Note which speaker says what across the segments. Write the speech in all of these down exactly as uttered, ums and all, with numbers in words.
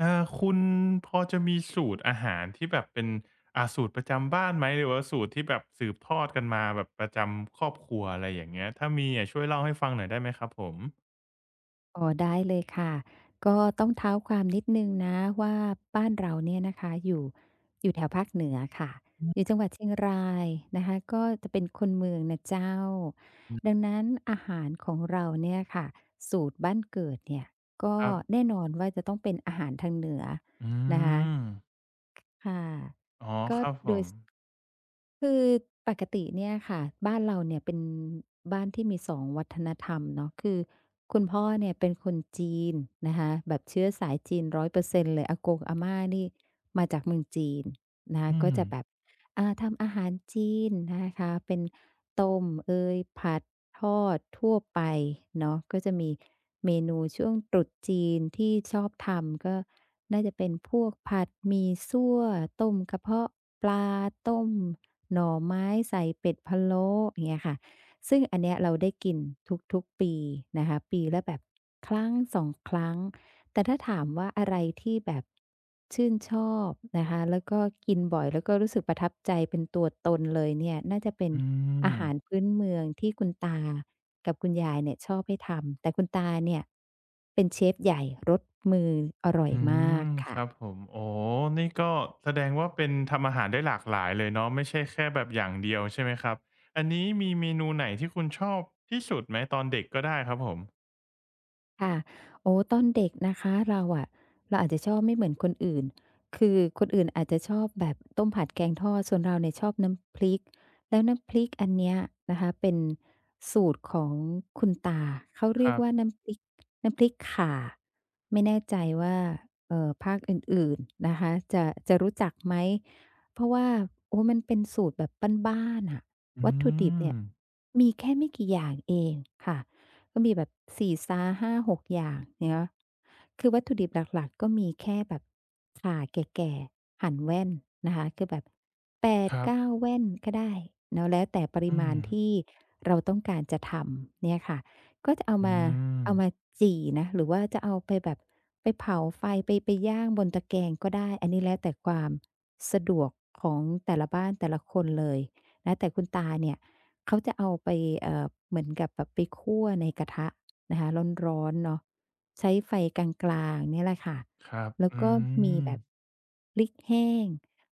Speaker 1: อาคุณพอจะมีสูตรอาหารที่แบบเป็นอ่าสูตรประจำบ้านไหมหรือว่าสูตรที่แบบสืบทอดกันมาแบบประจำครอบครัวอะไรอย่างเงี้ยถ้ามีอะช่วยเล่าให้ฟังหน่อยได้ไหมครับผม
Speaker 2: อ๋อได้เลยค่ะก็ต้องเท้าความนิดนึงนะว่าบ้านเราเนี่ยนะคะอยู่อยู่แถวภาคเหนือค่ะ
Speaker 1: อือ
Speaker 2: อยู่จังหวัดเชียงรายนะคะก็จะเป็นคนเมืองนะเจ้า
Speaker 1: ฮึ
Speaker 2: ดังนั้นอาหารของเราเนี่ยค่ะสูตรบ้านเกิดเนี่ยก็
Speaker 1: ครับ
Speaker 2: แน่นอนว่าจะต้องเป็นอาหารทางเหนือ
Speaker 1: อื
Speaker 2: นะคะ
Speaker 1: ม
Speaker 2: ค่ะ
Speaker 1: อ๋อ
Speaker 2: ก็
Speaker 1: ครับผ
Speaker 2: โดย
Speaker 1: ม
Speaker 2: คือปกติเนี่ยค่ะบ้านเราเนี่ยเป็นบ้านที่มีสองวัฒนธรรมเนาะคือคุณพ่อเนี่ยเป็นคนจีนนะคะแบบเชื้อสายจีนร้อยเปอร์เซ็นต์เปอร์เซ็นต์เลยอากงอาม่านี่มาจากเมืองจีนนะคะ
Speaker 1: อื
Speaker 2: ก็
Speaker 1: ม
Speaker 2: จะแบบอ่าทำอาหารจีนนะคะเป็นต้มเอยผัด ทอดทั่วไปเนาะก็จะมีเมนูช่วงตรุษจีนที่ชอบทำก็น่าจะเป็นพวกผัดหมี่ซั่วต้มกระเพาะปลาต้มหน่อไม้ใส่เป็ดพะโล้อย่างเงี้ยค่ะซึ่งอันเนี้ยเราได้กินทุกๆปีนะคะปีละแบบครั้งสอสองครั้งแต่ถ้าถามว่าอะไรที่แบบชื่นชอบนะคะแล้วก็กินบ่อยแล้วก็รู้สึกประทับใจเป็นตัวตนเลยเนี่ยน่าจะเป็น
Speaker 1: อืม
Speaker 2: อาหารพื้นเมืองที่คุณตากับคุณยายเนี่ยชอบให้ทำแต่คุณตาเนี่ยเป็นเชฟใหญ่รสมืออร่อย
Speaker 1: อื
Speaker 2: มา
Speaker 1: ม
Speaker 2: ก
Speaker 1: ค
Speaker 2: ค่ะ
Speaker 1: รับผมอ๋อนี่ก็แสดงว่าเป็นทำอาหารได้หลากหลายเลยเนาะไม่ใช่แค่แบบอย่างเดียวใช่ไหมครับอันนี้มีเมนูไหนที่คุณชอบที่สุดไหมตอนเด็กก็ได้ครับผม
Speaker 2: ค่ะโอ้ตอนเด็กนะคะเราอะเราอาจจะชอบไม่เหมือนคนอื่นคือคนอื่นอาจจะชอบแบบต้มผัดแกงทอดส่วนเราเนี่ยชอบน้ำพริกแล้วน้ำพริกอันเนี้ยนะคะเป็นสูตรของคุณตาเขา
Speaker 1: ค
Speaker 2: เรียก
Speaker 1: รับ
Speaker 2: ว่าน้ำพริกน้ำพริกข่าไม่แน่ใจว่าเอ่อภาคอื่นๆนะคะจะจะรู้จักไหมเพราะว่าโอ้มันเป็นสูตรแบบบ้านๆน่ะ
Speaker 1: อื
Speaker 2: วัตถุดิบ
Speaker 1: ม
Speaker 2: เนี่ยมีแค่ไม่กี่อย่างเองค่ะ ก็มีแบบสี่ห้า-หกอย่างเนาะคือวัตถุดิบหลักๆก็มีแค่แบบข่าแก่ๆหั่นแว่นนะคะ คือแบบ
Speaker 1: ครับ
Speaker 2: แปดเก้าแว่นก็ได้เนาะแล้วแต่ปริ
Speaker 1: อื
Speaker 2: มา
Speaker 1: ม
Speaker 2: ณที่เราต้องการจะทำเนี่ยค่ะก็จะเอา
Speaker 1: อื
Speaker 2: มา
Speaker 1: ม
Speaker 2: เอามาจี่นะหรือว่าจะเอาไปแบบไปเผาไฟไปไปย่างบนตะแกรงก็ได้ อันนี้แล้วแต่ความสะดวกของแต่ละบ้านแต่ละคนเลยนะแต่คุณตาเนี่ย เขาจะเอาไปเอ่อเหมือนกับแบบไปคั่วในกระทะนะคะร้อนๆเนาะใช้ไฟกลางๆเนี่ยแหละค่ะ
Speaker 1: ครับ
Speaker 2: แล้ว
Speaker 1: อื
Speaker 2: ก็มี
Speaker 1: ม
Speaker 2: แบบพริกแห้ง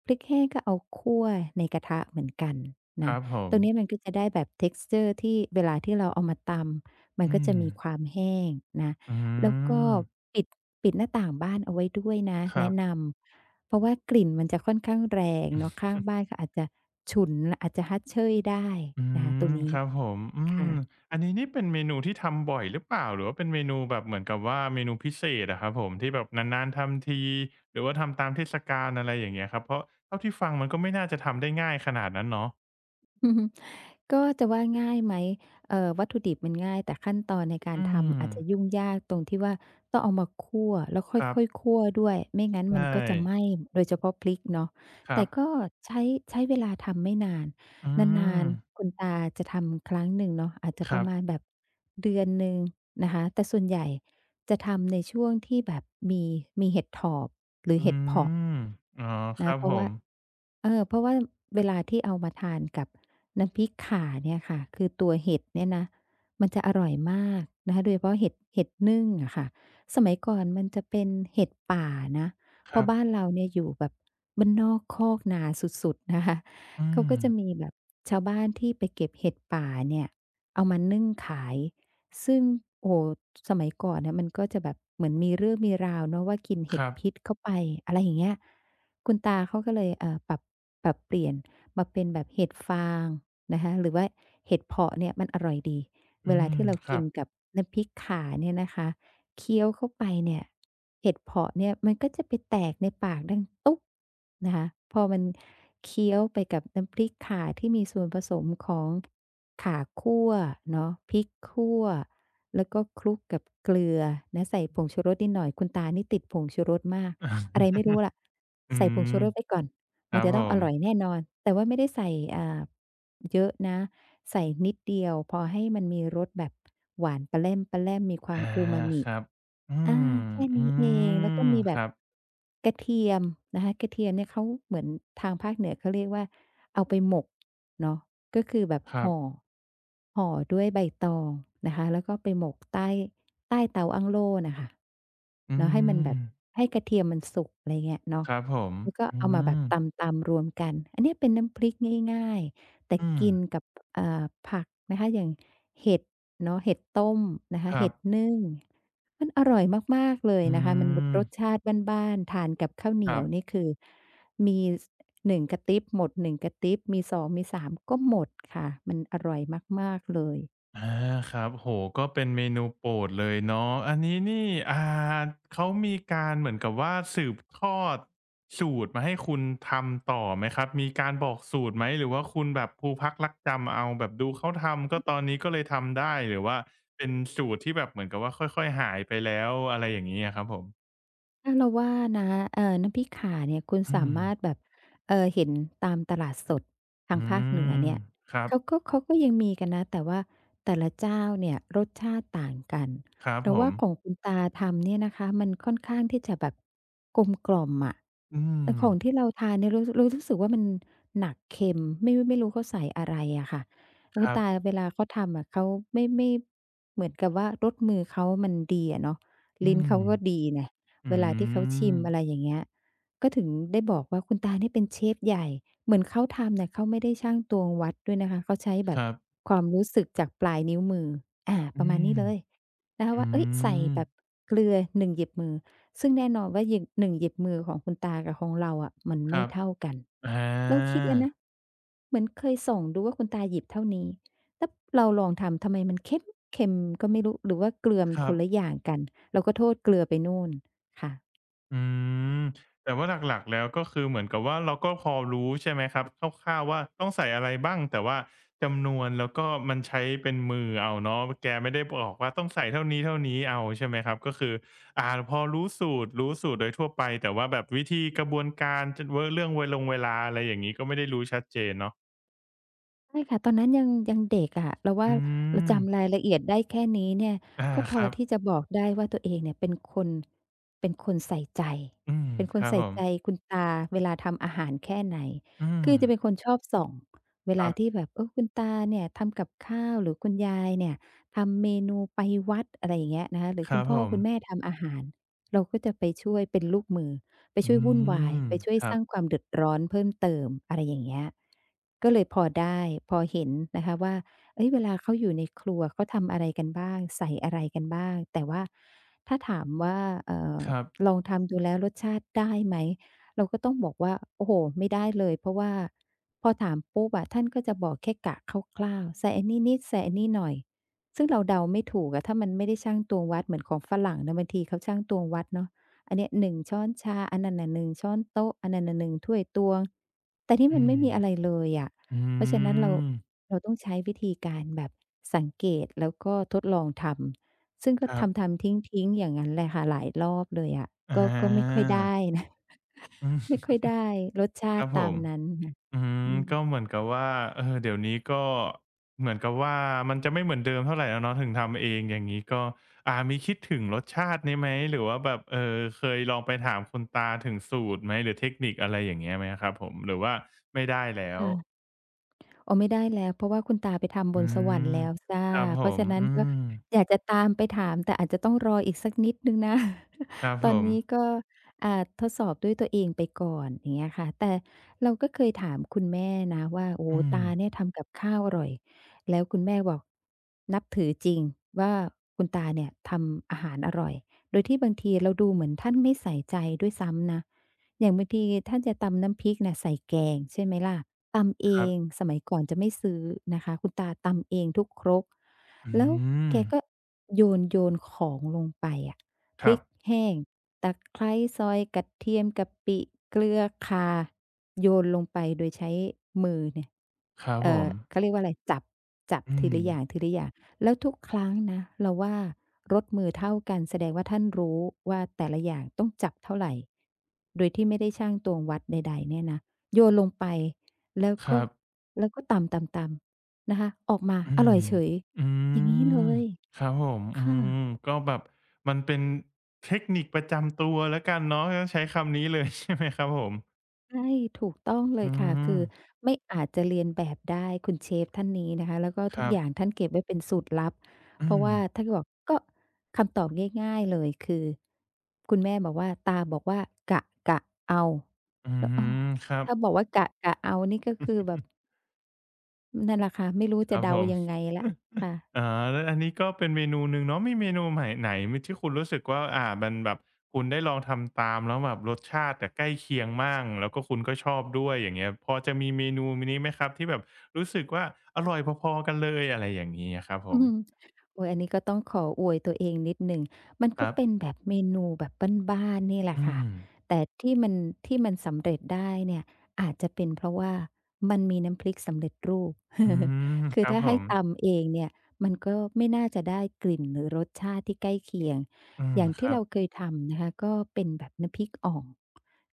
Speaker 2: พริกแห้งก็เอาคั่วในกระทะเหมือนกัน
Speaker 1: ค
Speaker 2: นะ
Speaker 1: รับผ
Speaker 2: ต
Speaker 1: ม
Speaker 2: รงนี้มันก็จะได้แบบ texture ทกซ์เจอร์ที่เวลาที่เราเอามาตำมัน
Speaker 1: อื
Speaker 2: ก็จะ
Speaker 1: ม
Speaker 2: มีความแห้งนะ
Speaker 1: อื
Speaker 2: แล้วก็
Speaker 1: ม
Speaker 2: ปิดปิดหน้าต่างบ้านเอาไว้ด้วยนะ
Speaker 1: ครั
Speaker 2: แนะน
Speaker 1: บ
Speaker 2: ำเพราะว่ากลิ่นมันจะค่อนข้างแรงเนาะข้างบ้านก็อาจจะฉุนอาจจะฮัดเช่ยได้
Speaker 1: อื
Speaker 2: นะคะต
Speaker 1: ม
Speaker 2: รง
Speaker 1: ค
Speaker 2: นี้
Speaker 1: รับผม อืม
Speaker 2: ค่ะ
Speaker 1: อันนี้นี่เป็นเมนูที่ทำบ่อยหรือเปล่าหรือว่าเป็นเมนูแบบเหมือนกับว่าเมนูพิเศษอะครับผมที่แบบนานๆทำทีหรือว่าทำตามเทศกาลอะไรอย่างเงี้ยครับเพราะเท่าที่ฟังมันก็ไม่น่าจะทำได้ง่ายขนาดนั้นเนาะ
Speaker 2: อือฮึก็จะว่าง่ายไหมเอ่อวัตถุดิบมันง่ายแต่ขั้นตอนในการ
Speaker 1: อื
Speaker 2: ทำ
Speaker 1: ม
Speaker 2: อาจจะยุ่งยากตรงที่ว่าต้องเอามาคั่วแล้ว
Speaker 1: ครั
Speaker 2: ค่อย
Speaker 1: บ
Speaker 2: ๆคั่วด้วยไม่งั้นมั
Speaker 1: ใช่
Speaker 2: นก็จะไหม้โดยเฉพาะพริกเนาะ
Speaker 1: ครั
Speaker 2: แต่ก็
Speaker 1: บ
Speaker 2: ใช้ใช้เวลาทำไม่นาน
Speaker 1: อื
Speaker 2: นา
Speaker 1: ม
Speaker 2: นๆคุณตาจะทำครั้งหนึ่งเนาะอาจจะ
Speaker 1: ค
Speaker 2: ป
Speaker 1: รั
Speaker 2: ระมาณ
Speaker 1: บ
Speaker 2: แบบเดือนหนึ่งนะคะแต่ส่วนใหญ่ จะทำในช่วงที่แบบมีมีเห็ดถอบหรือ
Speaker 1: อื
Speaker 2: เห็ดเผาะ
Speaker 1: มอ๋อครั
Speaker 2: นะ
Speaker 1: บ
Speaker 2: เพ
Speaker 1: ผ
Speaker 2: ราะว่า
Speaker 1: ม
Speaker 2: เออเพราะว่าเวลาที่เอามาทานกับน้ำพริกข่าเนี่ยค่ะคือตัวเห็ดเนี่ยนะมันจะอร่อยมากนะคะโดยเฉพาะเห็ดเห็ดนึ่งอะค่ะสมัยก่อนมันจะเป็นเห็ดป่านะ
Speaker 1: ค
Speaker 2: เพ
Speaker 1: รั
Speaker 2: ราะ
Speaker 1: บ
Speaker 2: บ้านเราเนี่ยอยู่แบบบ้านนอกคอกนาสุดๆนะคะ
Speaker 1: อื
Speaker 2: เขา
Speaker 1: ม
Speaker 2: ก็จะมีแบบชาวบ้านที่ไปเก็บเห็ดป่าเนี่ยเอามานึ่งขาย ซึ่งโอ้โฮสมัยก่อนเนี่ยมันก็จะแบบเหมือนมีเรื่องมีราวเนาะว่ากิน
Speaker 1: ค
Speaker 2: เห็ด
Speaker 1: รับ
Speaker 2: พิษเข้าไปอะไรอย่างเงี้ยคุณตาเขาก็เลยเอ่อปรับปรับเปลี่ยนมาเป็นแบบเห็ดฟางนะคะหรือว่าเห็ดเผาะเนี่ยมันอร่อยดีเว
Speaker 1: อื
Speaker 2: ลา
Speaker 1: ม
Speaker 2: ที่เรา
Speaker 1: ค
Speaker 2: กิ
Speaker 1: รั
Speaker 2: น
Speaker 1: บ
Speaker 2: กับน้ำพริกข่าเนี่ยนะคะเคี้ยวเข้าไปเนี่ยเห็ดเผาะเนี่ยมันก็จะไปแตกในปากดังตุ๊บนะคะพอมันเคี้ยวไปกับน้ำพริกข่าที่มีส่วนผสมของ ขาคั่วเนาะพริกคั่วแล้วก็คลุกกับเกลือนะใส่ผงชูรสนิดหน่อยคุณตานี่ติดผงชูรสมากอะไร ไม่รู้ล่ะ
Speaker 1: อื
Speaker 2: ใส่ผง
Speaker 1: ม
Speaker 2: ชูรสไว้ก่อน
Speaker 1: ค
Speaker 2: มั
Speaker 1: รั
Speaker 2: น
Speaker 1: บ
Speaker 2: จะ
Speaker 1: ผ
Speaker 2: ต้องอ
Speaker 1: ม
Speaker 2: ร่อยแน่นอนแต่ว่าไม่ได้ใส่อ่าเยอะนะใส่นิดเดียวพอให้มันมีรสแบบหวานปะแล่มๆมีควา
Speaker 1: อา
Speaker 2: มอูมามิ
Speaker 1: ครับอื
Speaker 2: อา
Speaker 1: ม
Speaker 2: แค่
Speaker 1: อื
Speaker 2: นี้เองแล้วก็
Speaker 1: ม
Speaker 2: มีแบ
Speaker 1: ค
Speaker 2: บ
Speaker 1: รับ
Speaker 2: กระเทียมนะคะกระเทียมเนี่ยเขาเหมือนทางภาคเหนือเขาเรียกว่าเอาไปหมกเนาะก็คือแบบ
Speaker 1: ครั
Speaker 2: ห่อ
Speaker 1: บ
Speaker 2: ห่อด้วยใบตองนะคะแล้วก็ไปหมกใต้ใต้เตาอั้งโล่น่ะค่ะ
Speaker 1: อื
Speaker 2: เนาะให้มัน
Speaker 1: ม
Speaker 2: แบบให้กระเทียมมันสุกอะไรเงี้ยเนาะ
Speaker 1: ครับผม
Speaker 2: แล้วก็
Speaker 1: อื
Speaker 2: เอามาแบ
Speaker 1: ม
Speaker 2: บตำๆรวมกันอันเนี้ยเป็นน้ำพริกง่ายๆแต่
Speaker 1: อืม
Speaker 2: กินกับอ่าผักนะคะอย่างเห็ดเนาะเห็ดต้มนะคะ
Speaker 1: ครั
Speaker 2: เห็
Speaker 1: บ
Speaker 2: ดนึ่ง มันอร่อยมากๆเลย
Speaker 1: อื
Speaker 2: นะคะมันร
Speaker 1: ม
Speaker 2: รสชาติบ้านๆทานกับข้าวเห
Speaker 1: ค
Speaker 2: นี
Speaker 1: รั
Speaker 2: ยวนี่
Speaker 1: บ
Speaker 2: คือมีสหนึ่งกะติ๊บหมดหนึ่งกะติ๊บมีสองมีสามก็หมดค่ะมันอร่อยมากๆเลย
Speaker 1: อาครับโอ้โฮก็เป็นเมนูโปรดเลยเนาะอันนี้นี่อ่าเขามีการเหมือนกับว่าสืบทอดสูตรมาให้คุณทำต่อไหมครับมีการบอกสูตรไหมหรือว่าคุณแบบภูพักรักจำเอาแบบดูเขาทำก็ตอนนี้ก็เลยทำได้หรือว่าเป็นสูตรที่แบบเหมือนกับว่าค่อยๆหายไปแล้วอะไรอย่างงี้อะครับผม
Speaker 2: ถ้าเราว่านะเอ่อน้ำพริกข่าเนี่ยคุณ
Speaker 1: อื
Speaker 2: สา
Speaker 1: ม
Speaker 2: มารถแบบเอ่อเห็นตามตลาดสดทาง
Speaker 1: อื
Speaker 2: ภาคเหนือ
Speaker 1: ม
Speaker 2: เนี่ย
Speaker 1: ครับ
Speaker 2: เขาก็เขาก็ยังมีกันนะแต่ว่าแต่ละเจ้าเนี่ยรสชาติต่างกัน
Speaker 1: ครับ
Speaker 2: เรา
Speaker 1: ผม
Speaker 2: ว่าของคุณตาทำเนี่ยนะคะมันค่อนข้างที่จะแบบกลมกล่อมอะ
Speaker 1: อืม
Speaker 2: แต่ของที่เราทานเนี่ยรู้รู้รู้สึกว่ามันหนักเค็มไม่ไม่รู้เขาใส่อะไรอะค่ะ
Speaker 1: ค
Speaker 2: คุณ
Speaker 1: รับ
Speaker 2: ตาเวลาเขาทำอะเขาไม่ไม่เหมือนกับว่ารสมือเขามันดีอะเนาะ
Speaker 1: อื
Speaker 2: ลิ้น
Speaker 1: ม
Speaker 2: เขาก็ดีไง
Speaker 1: อื
Speaker 2: เวลาที่เขาชิ
Speaker 1: ม
Speaker 2: มอะไรอย่างเงี้ยก็ถึงได้บอกว่าคุณตาเนี่ยเป็นเชฟใหญ่ เหมือนเขาทำเนี่ยเขาไม่ได้ชั่งตวงวัดด้วยนะคะเขาใช้แบ
Speaker 1: ค
Speaker 2: บ
Speaker 1: รับ
Speaker 2: ความรู้สึกจากปลายนิ้วมืออา
Speaker 1: อื
Speaker 2: ประมาณนี้
Speaker 1: ม
Speaker 2: เลยนะคะ
Speaker 1: อื
Speaker 2: ว่าเฮ้ยใส่
Speaker 1: ม
Speaker 2: แบบเกลือหนึ่งหยิบมือ ซึ่งแน่นอนว่าหยิบหนึ่งหยิบมือของคุณตากับของเราอะมัน
Speaker 1: ค
Speaker 2: ไม่
Speaker 1: รับ
Speaker 2: เท่ากัน
Speaker 1: อา
Speaker 2: เราคิดแล้วนะเหมือนเคยส่องดูว่าคุณตาหยิบเท่านี้แล้วเราลองทำทำไมมันเข้มเค็มก็ไม่รู้หรือว่าเกลือมั
Speaker 1: ค
Speaker 2: น
Speaker 1: รั
Speaker 2: ค
Speaker 1: บ
Speaker 2: นละอย่างกันเราก็โทษเกลือไปนู่น ค่ะ
Speaker 1: อืมแต่ว่าหลักๆแล้วก็คือเหมือนกับว่าเราก็พอรู้ใช่ไหมครับคร่าวๆว่าต้องใส่อะไรบ้าง แต่ว่าจำนวนแล้วก็มันใช้เป็นมือเอาเนาะแกไม่ได้บอกว่าต้องใส่เท่านี้ๆเอาใช่ไหมครับก็คืออ่าพอรู้สูตรรู้สูตรโดยทั่วไปแต่ว่าแบบวิธีกระบวนการจะเว้อเรื่องเวลงเวลาอะไรอย่างงี้ก็ไม่ได้รู้ชัดเจนเนาะ
Speaker 2: ใช่ค่ะตอนนั้นยังยังเด็กอะเราว่า
Speaker 1: อื
Speaker 2: เรา
Speaker 1: ม
Speaker 2: จำรายละเอียดได้แค่นี้เนี่ย
Speaker 1: อา
Speaker 2: ก็พ
Speaker 1: ค
Speaker 2: อ
Speaker 1: รับ
Speaker 2: ที่จะบอกได้ว่าตัวเองเนี่ยเป็นคนเป็นคนใส่ใจ
Speaker 1: อืม
Speaker 2: เป็นค
Speaker 1: ค
Speaker 2: น
Speaker 1: รับ
Speaker 2: ใส่
Speaker 1: ผม
Speaker 2: ใจคุณตาเวลาทำอาหารแค่ไหน
Speaker 1: อืม
Speaker 2: คือจะเป็นคนชอบส่องเว
Speaker 1: ค
Speaker 2: ลา
Speaker 1: รั
Speaker 2: ที่
Speaker 1: บ
Speaker 2: แบบเออคุณตาเนี่ยทำกับข้าวหรือคุณยายเนี่ยทำเมนูไปวัดอะไรอย่างเงี้ยนะคะหรือ
Speaker 1: ค
Speaker 2: คุ
Speaker 1: รั
Speaker 2: ณ
Speaker 1: บผ
Speaker 2: พ่อ
Speaker 1: ม
Speaker 2: คุณแม่ทำอาหารเราก็จะไปช่วยเป็นลูกมือ ไป
Speaker 1: อื
Speaker 2: ช่วยวุ่นวาย
Speaker 1: ม
Speaker 2: ไปช่วย
Speaker 1: ครั
Speaker 2: ส
Speaker 1: บ
Speaker 2: ร้างความเดือดร้อนเพิ่มเติมอะไรอย่างเงี้ยก็เลยพอได้พอเห็นนะคะว่าเฮ้ยเวลาเขาอยู่ในครัวเขาทำอะไรกันบ้างใส่อะไรกันบ้างแต่ว่าถ้าถามว่าเอ่อ
Speaker 1: ครับ
Speaker 2: ลองทำดูแล้วรสชาติได้ไหมเราก็ต้องบอกว่าโอ้โฮไม่ได้เลยเพราะว่าพอถามปุ๊บอะท่านก็จะบอกแค่กะคร่าวๆใส่อันนี้นิดใส่อันนี้หน่อยซึ่งเราเดาไม่ถูกอะถ้ามันไม่ได้ชั่งตวงวัดเหมือนของฝรั่งนะบางทีเขาชั่งตวงวัดเนาะ อันเนี้ยหนึ่งช้อนชาอันนั้นน่ะหนึ่งช้อนโต๊ะอันนั้นน่ะหนึ่งถ้วยตวงแต่นี่
Speaker 1: อื
Speaker 2: มัน
Speaker 1: ม
Speaker 2: ไม่มีอะไรเลยอะ
Speaker 1: อื
Speaker 2: เพราะฉะนั้นเรา
Speaker 1: ม
Speaker 2: เราต้องใช้วิธีการแบบสังเกตแล้วก็ทดลองทำซึ่งก็
Speaker 1: ครั
Speaker 2: ท
Speaker 1: บ
Speaker 2: ำๆทิ้งๆอย่างงั้นแหละค่ะหลายรอบเลยอะ
Speaker 1: อา
Speaker 2: ก็ก็ไม่ค่อยได้นะ
Speaker 1: อื
Speaker 2: ไม่
Speaker 1: ม
Speaker 2: ค่อยได้รสชา
Speaker 1: ครั
Speaker 2: ติ
Speaker 1: บผ
Speaker 2: ตาม
Speaker 1: ม
Speaker 2: นั้นค่ะ
Speaker 1: อืม
Speaker 2: อืม
Speaker 1: ก็เหมือนกับว่าเออเดี๋ยวนี้ก็เหมือนกับว่ามันจะไม่เหมือนเดิมเท่าไรแล้วเนาะถึงทำเองอย่างงี้ก็อ่ามีคิดถึงรสชาตินี้ไหม หรือว่าแบบเอ่อเคยลองไปถามคุณตาถึงสูตรไหม หรือเทคนิคอะไรอย่างเงี้ยไหมอะครับผม หรือว่าไม่ได้แล้ว
Speaker 2: ค่ะ อ๋อไม่ได้แล้วเพราะว่าคุณตาไปทำบ
Speaker 1: อื
Speaker 2: นสวรรค์
Speaker 1: ม
Speaker 2: แล้วจ้ะ
Speaker 1: ครับผ
Speaker 2: เพราะ
Speaker 1: ม
Speaker 2: ฉะนั้น
Speaker 1: อื
Speaker 2: ก็
Speaker 1: ม
Speaker 2: อยากจะตามไปถามแต่อาจจะต้องรออีกสักนิดหนึ่งนะ
Speaker 1: ครับ
Speaker 2: ต
Speaker 1: ผ
Speaker 2: อน
Speaker 1: ม
Speaker 2: นี้ก็อ่าทดสอบด้วยตัวเองไปก่อนอย่างเงี้ยค่ะแต่เราก็เคยถามคุณแม่นะว่าโอ้
Speaker 1: อื
Speaker 2: โฮ
Speaker 1: ม
Speaker 2: ตาเนี่ยทำกับข้าวอร่อยแล้วคุณแม่บอกนับถือจริงว่าคุณตาเนี่ยทำอาหารอร่อยโดยที่บางทีเราดูเหมือนท่านไม่ใส่ใจด้วยซ้ำนะอย่างบางทีท่านจะตำน้ำพริกน่ะใส่แกงใช่ไหมล่ะ ตำเอ
Speaker 1: ครั
Speaker 2: ง
Speaker 1: บ
Speaker 2: สมัยก่อนจะไม่ซื้อนะคะคุณตาตำเองทุกครก
Speaker 1: อื
Speaker 2: แล้ว
Speaker 1: ม
Speaker 2: แกก็โยนโยนของลงไปอะพ
Speaker 1: ครั
Speaker 2: ริ
Speaker 1: บ
Speaker 2: กแห้งตะไคร้ซอยกระเทียมกะปิเกลือข่าโยนลงไปโดยใช้มือเนี่ย
Speaker 1: ครับผ
Speaker 2: เอ่อ
Speaker 1: ม
Speaker 2: เขาเรียกว่าอะไรจับจับ
Speaker 1: อื
Speaker 2: ที
Speaker 1: ม
Speaker 2: ละอย่างทีละอย่างแล้วทุกครั้งนะเราว่ารสมือเท่ากันแสดงว่าท่านรู้ว่าแต่ละอย่างต้องจับเท่าไรโดยที่ไม่ได้ชั่งตวงวัดใดๆเนี่ยนะโยนลงไป แล้ว
Speaker 1: ค
Speaker 2: ก็
Speaker 1: รับ
Speaker 2: แล้วก็ตำๆๆนะคะออกมา
Speaker 1: อื
Speaker 2: อร่
Speaker 1: ม
Speaker 2: อยเฉย
Speaker 1: อื
Speaker 2: อย่างงี้เล
Speaker 1: ม
Speaker 2: ย
Speaker 1: ครับผม อืม
Speaker 2: ค่ะ
Speaker 1: ก็แบบ มันเป็นเทคนิคประจำตัวแล้วกันเนาะต้องใช้คำนี้เลย ใช่ไหมครับผม
Speaker 2: ใช่ถูกต้องเล
Speaker 1: อื
Speaker 2: ยค่ะคือ
Speaker 1: ม
Speaker 2: ไม่อาจจะเลียนแบบได้คุณเชฟท่านนี้นะคะแล้วก็
Speaker 1: ค
Speaker 2: ทุก
Speaker 1: รับ
Speaker 2: อย่างท่านเก็บไว้เป็นสูตรลับ
Speaker 1: อื
Speaker 2: เพราะ
Speaker 1: ม
Speaker 2: ว่าท่านก็บอกก็คำตอบง่ายๆเลยคือคุณแม่บอกว่าตาบอกว่ากะกะเอา
Speaker 1: อื
Speaker 2: แล้วอ้อ
Speaker 1: ม ครับ
Speaker 2: ถ้าบอกว่ากะกะเอานี่ก็คือแบ บนั่นแหละค่ะไม่รู้
Speaker 1: ค
Speaker 2: จะ
Speaker 1: รับผ
Speaker 2: เดายัง
Speaker 1: ม
Speaker 2: ไงแล้วค่ะ
Speaker 1: อาแล้วอันนี้ก็เป็นเมนูหนึ่งเนาะมีเมนูใหม่ไหนไหมที่คุณรู้สึกว่าอ่ามันแบบคุณได้ลองทำตามแล้วแบบรสชาติอะใกล้เคียงมางแล้วก็คุณก็ชอบด้วยอย่างเงี้ยพอจะมีเมนูนี้ไหมครับที่แบบรู้สึกว่าอร่อยพอๆกันเลยอะไรอย่างงี้อะครับผ
Speaker 2: อื
Speaker 1: ม
Speaker 2: มโอยอันนี้ก็ต้องขออวยตัวเองนิดหนึ่งมัน
Speaker 1: ค
Speaker 2: ก็
Speaker 1: รับ
Speaker 2: เป็นแบบเมนูแบบบ้านๆนี่แหละ
Speaker 1: อื
Speaker 2: ค่ะ
Speaker 1: ม
Speaker 2: แต่ที่มันที่มันสำเร็จได้เนี่ยอาจจะเป็นเพราะว่ามันมีน้ำพริกสำเร็จรูป
Speaker 1: อื ม
Speaker 2: คื
Speaker 1: ค
Speaker 2: อ
Speaker 1: รับ
Speaker 2: ถ้า
Speaker 1: ผ
Speaker 2: ให้
Speaker 1: ม
Speaker 2: ตำเองเนี่ยมันก็ไม่น่าจะได้กลิ่นหรือรสชาติที่ใกล้เคียง
Speaker 1: อืม
Speaker 2: อย่าง
Speaker 1: ค
Speaker 2: ที่
Speaker 1: รับ
Speaker 2: เราเคยทำนะคะก็เป็นแบบน้ำพริกอ่อง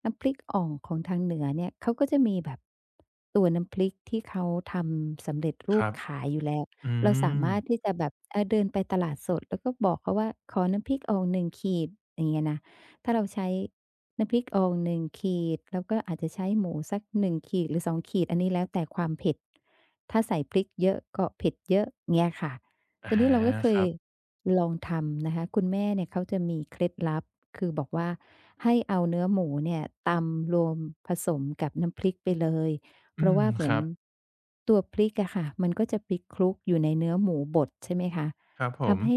Speaker 2: น้ำพริกอ่องของทางเหนือเนี่ยเขาก็จะมีแบบตัวน้ำพริกที่เขาทำสำเร็จ
Speaker 1: ค
Speaker 2: รูป
Speaker 1: รับ
Speaker 2: ขายอยู่แล้ว
Speaker 1: อื
Speaker 2: เราสา
Speaker 1: ม
Speaker 2: มารถที่จะแบบเออเดินไปตลาดสดแล้วก็บอกเขาว่าขอน้ำพริกอองหนึ่งขีดอย่างเงี้ยนะถ้าเราใช้น้ำพริกอองหนึ่งขีดแล้วก็อาจจะใช้หมูสักหนึ่งขีดหรือสองขีดอันนี้แล้วแต่ความเผ็ดถ้าใส่พริกเยอะก็เผ็ดเยอะเงี้ยค่ะ
Speaker 1: อา
Speaker 2: ตัวนี้เราก็เค
Speaker 1: ค
Speaker 2: ย
Speaker 1: รับ
Speaker 2: ลองทำนะคะคุณแม่เนี่ยเขาจะมีเคล็ดลับคือบอกว่าให้เอาเนื้อหมูเนี่ยตำรวมผสมกับน้ำพริกไปเลย
Speaker 1: อื
Speaker 2: เพราะ
Speaker 1: ม
Speaker 2: ว่าเห
Speaker 1: ค
Speaker 2: มือน
Speaker 1: รับ
Speaker 2: ตัวพริกอะค่ะมันก็จะไปคลุกอยู่ในเนื้อหมูบดใช่ไหมคะ
Speaker 1: ครับผม
Speaker 2: ทำให้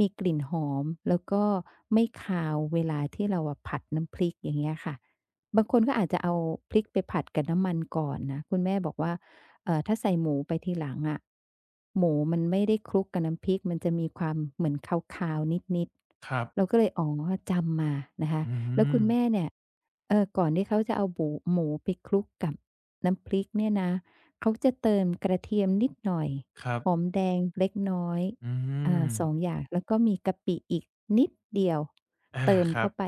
Speaker 2: มีกลิ่นหอมแล้วก็ไม่คาวเวลาที่เราอะผัดน้ำพริกอย่างเงี้ยค่ะ บางคนก็อาจจะเอาพริกไปผัดกับน้ำมันก่อนนะ คุณแม่บอกว่าเอ่อถ้าใส่หมูไปทีหลังอะหมูมันไม่ได้คลุกกับน้ำพริก มันจะมีความเหมือนคาวๆนิด
Speaker 1: ครับ
Speaker 2: ๆ เราก็เลยอ๋อจำมานะคะ
Speaker 1: อื
Speaker 2: แล้วคุณแม่
Speaker 1: ม
Speaker 2: เนี่ยเอ่อก่อนที่เขาจะเอาบูหมูไปคลุกกับ น้ำพริกเนี่ยนะเขาจะเติมกระเทียมนิดหน่อย
Speaker 1: ครั
Speaker 2: หอม
Speaker 1: บ
Speaker 2: แดงเล็กน้อย
Speaker 1: อื
Speaker 2: อ่า
Speaker 1: ม
Speaker 2: สองอย่างแล้วก็มีกะปิอีกนิดเดียว
Speaker 1: อา
Speaker 2: เติม
Speaker 1: ครั
Speaker 2: เข้า
Speaker 1: บ
Speaker 2: ไป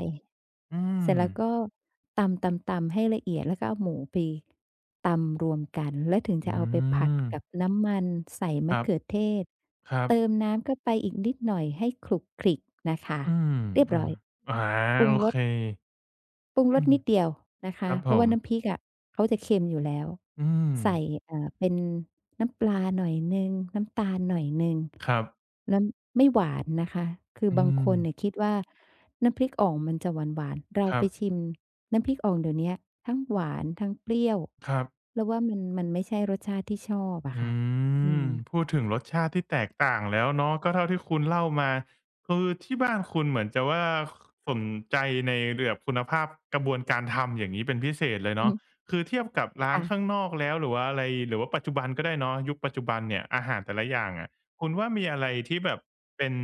Speaker 1: อื
Speaker 2: เส
Speaker 1: ม
Speaker 2: ร็จแล้วก็ตำๆๆให้ละเอียดแล้วก็เอาหมูไปตำรวมกันแล้วถึงจะ
Speaker 1: อื
Speaker 2: เอาไปผัด
Speaker 1: ม
Speaker 2: กับน้ำมันใส่
Speaker 1: ค
Speaker 2: มะ
Speaker 1: รั
Speaker 2: เขือ
Speaker 1: บ
Speaker 2: เทศ
Speaker 1: ครับ
Speaker 2: เติมน้ำเข้าไปอีกนิดหน่อยให้ขลุกขลิกนะคะ
Speaker 1: อืม
Speaker 2: เรียบ
Speaker 1: อื
Speaker 2: ร้อ
Speaker 1: ม
Speaker 2: ย
Speaker 1: อา
Speaker 2: ปรุง
Speaker 1: โอ
Speaker 2: ร
Speaker 1: เค
Speaker 2: ส ปรุง
Speaker 1: อื
Speaker 2: รส
Speaker 1: ม
Speaker 2: นิดเดียวนะ
Speaker 1: ค
Speaker 2: คะ
Speaker 1: รับผ
Speaker 2: เพราะ
Speaker 1: ม
Speaker 2: ว่าน้ำพริกอะเขาจะเค็มอยู่แล้ว
Speaker 1: อืม
Speaker 2: ใส่อ่าเป็นน้ำปลาหน่อยหนึ่งน้ำตาลหน่อยหนึ่ง
Speaker 1: ครับ
Speaker 2: น้ำไม่หวานนะคะคือ
Speaker 1: อื
Speaker 2: บาง
Speaker 1: ม
Speaker 2: คนเนี่ยคิดว่าน้ำพริกอ่องมันจะหวานๆเรา
Speaker 1: ครั
Speaker 2: ไป
Speaker 1: บ
Speaker 2: ชิมน้ำพริกอ่องเดี๋ยวเนี้ยทั้งหวานทั้งเปรี้ยว
Speaker 1: ครับ
Speaker 2: เราว่ามันมันไม่ใช่รสชาติที่ชอบอะ
Speaker 1: อื
Speaker 2: ค่ะอื
Speaker 1: ม
Speaker 2: ม
Speaker 1: พูดถึงรสชาติที่แตกต่างแล้วเนาะก็เท่าที่คุณเล่ามาคือที่บ้านคุณเหมือนจะว่าสนใจในแบบคุณภาพกระบวนการทำอย่างงี้เป็นพิเศษเลย
Speaker 2: อือ
Speaker 1: เนาะ
Speaker 2: ฮึ
Speaker 1: คือเทียบกับร้านข้าง
Speaker 2: ค่ะ
Speaker 1: นอกแล้วหรือว่าอะไรหรือว่าปัจจุบันก็ได้เนาะยุคปัจจุบันเนี่ยอาหารแต่ละอย่างอะคุณว่ามีอะไรที่แบบเป็น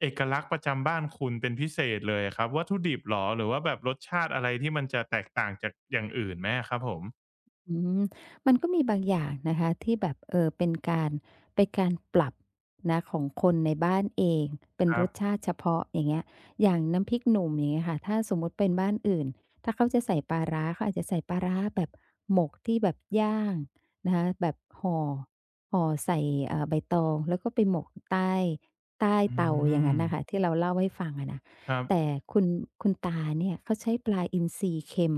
Speaker 1: เอกลักษณ์ประจำบ้านคุณเป็นพิเศษเลยอะครับวัตถุดิบเหรอหรือว่าแบบรสชาติอะไรที่มันจะแตกต่างจากอย่างอื่นไหมอะครับผม
Speaker 2: อืมมันก็มีบางอย่างนะคะที่แบบเออเป็นการเป็นการปรับนะของคนในบ้านเองเป็น
Speaker 1: ครั
Speaker 2: รส
Speaker 1: บ
Speaker 2: ชาติเฉพาะอย่างเงี้ยอย่างน้ำพริกหนุ่มอย่างเงี้ยค่ะถ้าสมมุติเป็นบ้านอื่นถ้าเขาจะใส่ปลาร้าเขาอาจจะใส่ปลาร้าแบบหมกที่แบบย่างนะคะแบบห่อห่อใส่เอ่อใบตองแล้วก็ไปหมกใต้ใต้
Speaker 1: อื
Speaker 2: เตาอย่าง
Speaker 1: ม
Speaker 2: นั้นนะคะที่เราเล่าให้ฟังอะนะ
Speaker 1: ครั
Speaker 2: แต่
Speaker 1: บ
Speaker 2: คุณคุณตาเนี่ยเขาใช้ปลาอินทรีเค็ม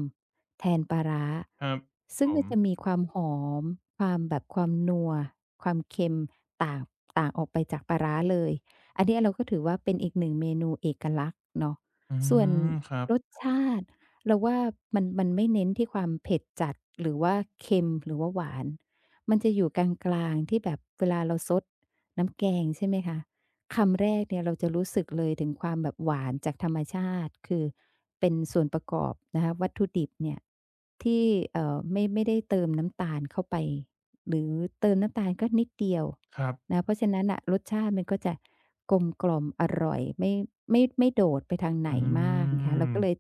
Speaker 2: แทนปลาร้า
Speaker 1: ครับ
Speaker 2: ซึ่
Speaker 1: ผ
Speaker 2: งมั
Speaker 1: ม
Speaker 2: นจะมีความหอมความแบบความนัวความเค็มต่างต่างออกไปจากปลาร้าเลยอันเนี้ยเราก็ถือว่าเป็นอีกหนึ่งเมนูเอกลักษณ์เนาะ
Speaker 1: อื
Speaker 2: ส่วน
Speaker 1: มครับ
Speaker 2: รสชาติเราว่ามันมันไม่เน้นที่ความเผ็ดจัดหรือว่าเค็มหรือว่าหวานมันจะอยู่กลางๆที่แบบเวลาเราซดน้ำแกงใช่ไหมคะ คำแรกเนี่ยเราจะรู้สึกเลยถึงความแบบหวานจากธรรมชาติคือเป็นส่วนประกอบนะคะวัตถุดิบเนี่ยที่เอ่อไม่ไม่ได้เติมน้ำตาลเข้าไปหรือเติมน้ำตาลก็นิดเดียว
Speaker 1: ครับ
Speaker 2: นะเพราะฉะนั้นน่ะรสชาติมันก็จะกลมกล่อมอร่อยไม่ไม่ไม่โดดไปทางไหน
Speaker 1: อื
Speaker 2: มากนะคะ
Speaker 1: ม
Speaker 2: เราก็เลย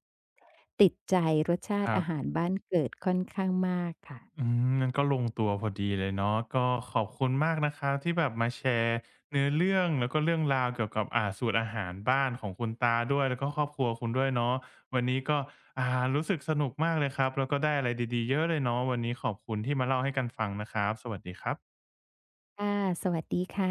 Speaker 2: ติดใจรสชา
Speaker 1: ค
Speaker 2: ติ
Speaker 1: รับ
Speaker 2: อาหารบ้านเกิดค่อนข้างมากค่ะ
Speaker 1: อืมนั่นก็ลงตัวพอดีเลยเนาะก็ขอบคุณมากนะครับที่แบบมาแชร์เนื้อเรื่องแล้วก็เรื่องราวเกี่ยวกับอ่าสูตรอาหารบ้านของคุณตาด้วยแล้วก็ครอบครัวคุณด้วยเนาะวันนี้ก็อ่ารู้สึกสนุกมากเลยครับแล้วก็ได้อะไรดีๆเยอะเลยเนาะวันนี้ขอบคุณที่มาเล่าให้กันฟังนะครับสวัสดีครับ
Speaker 2: ค่ะสวัสดีค่ะ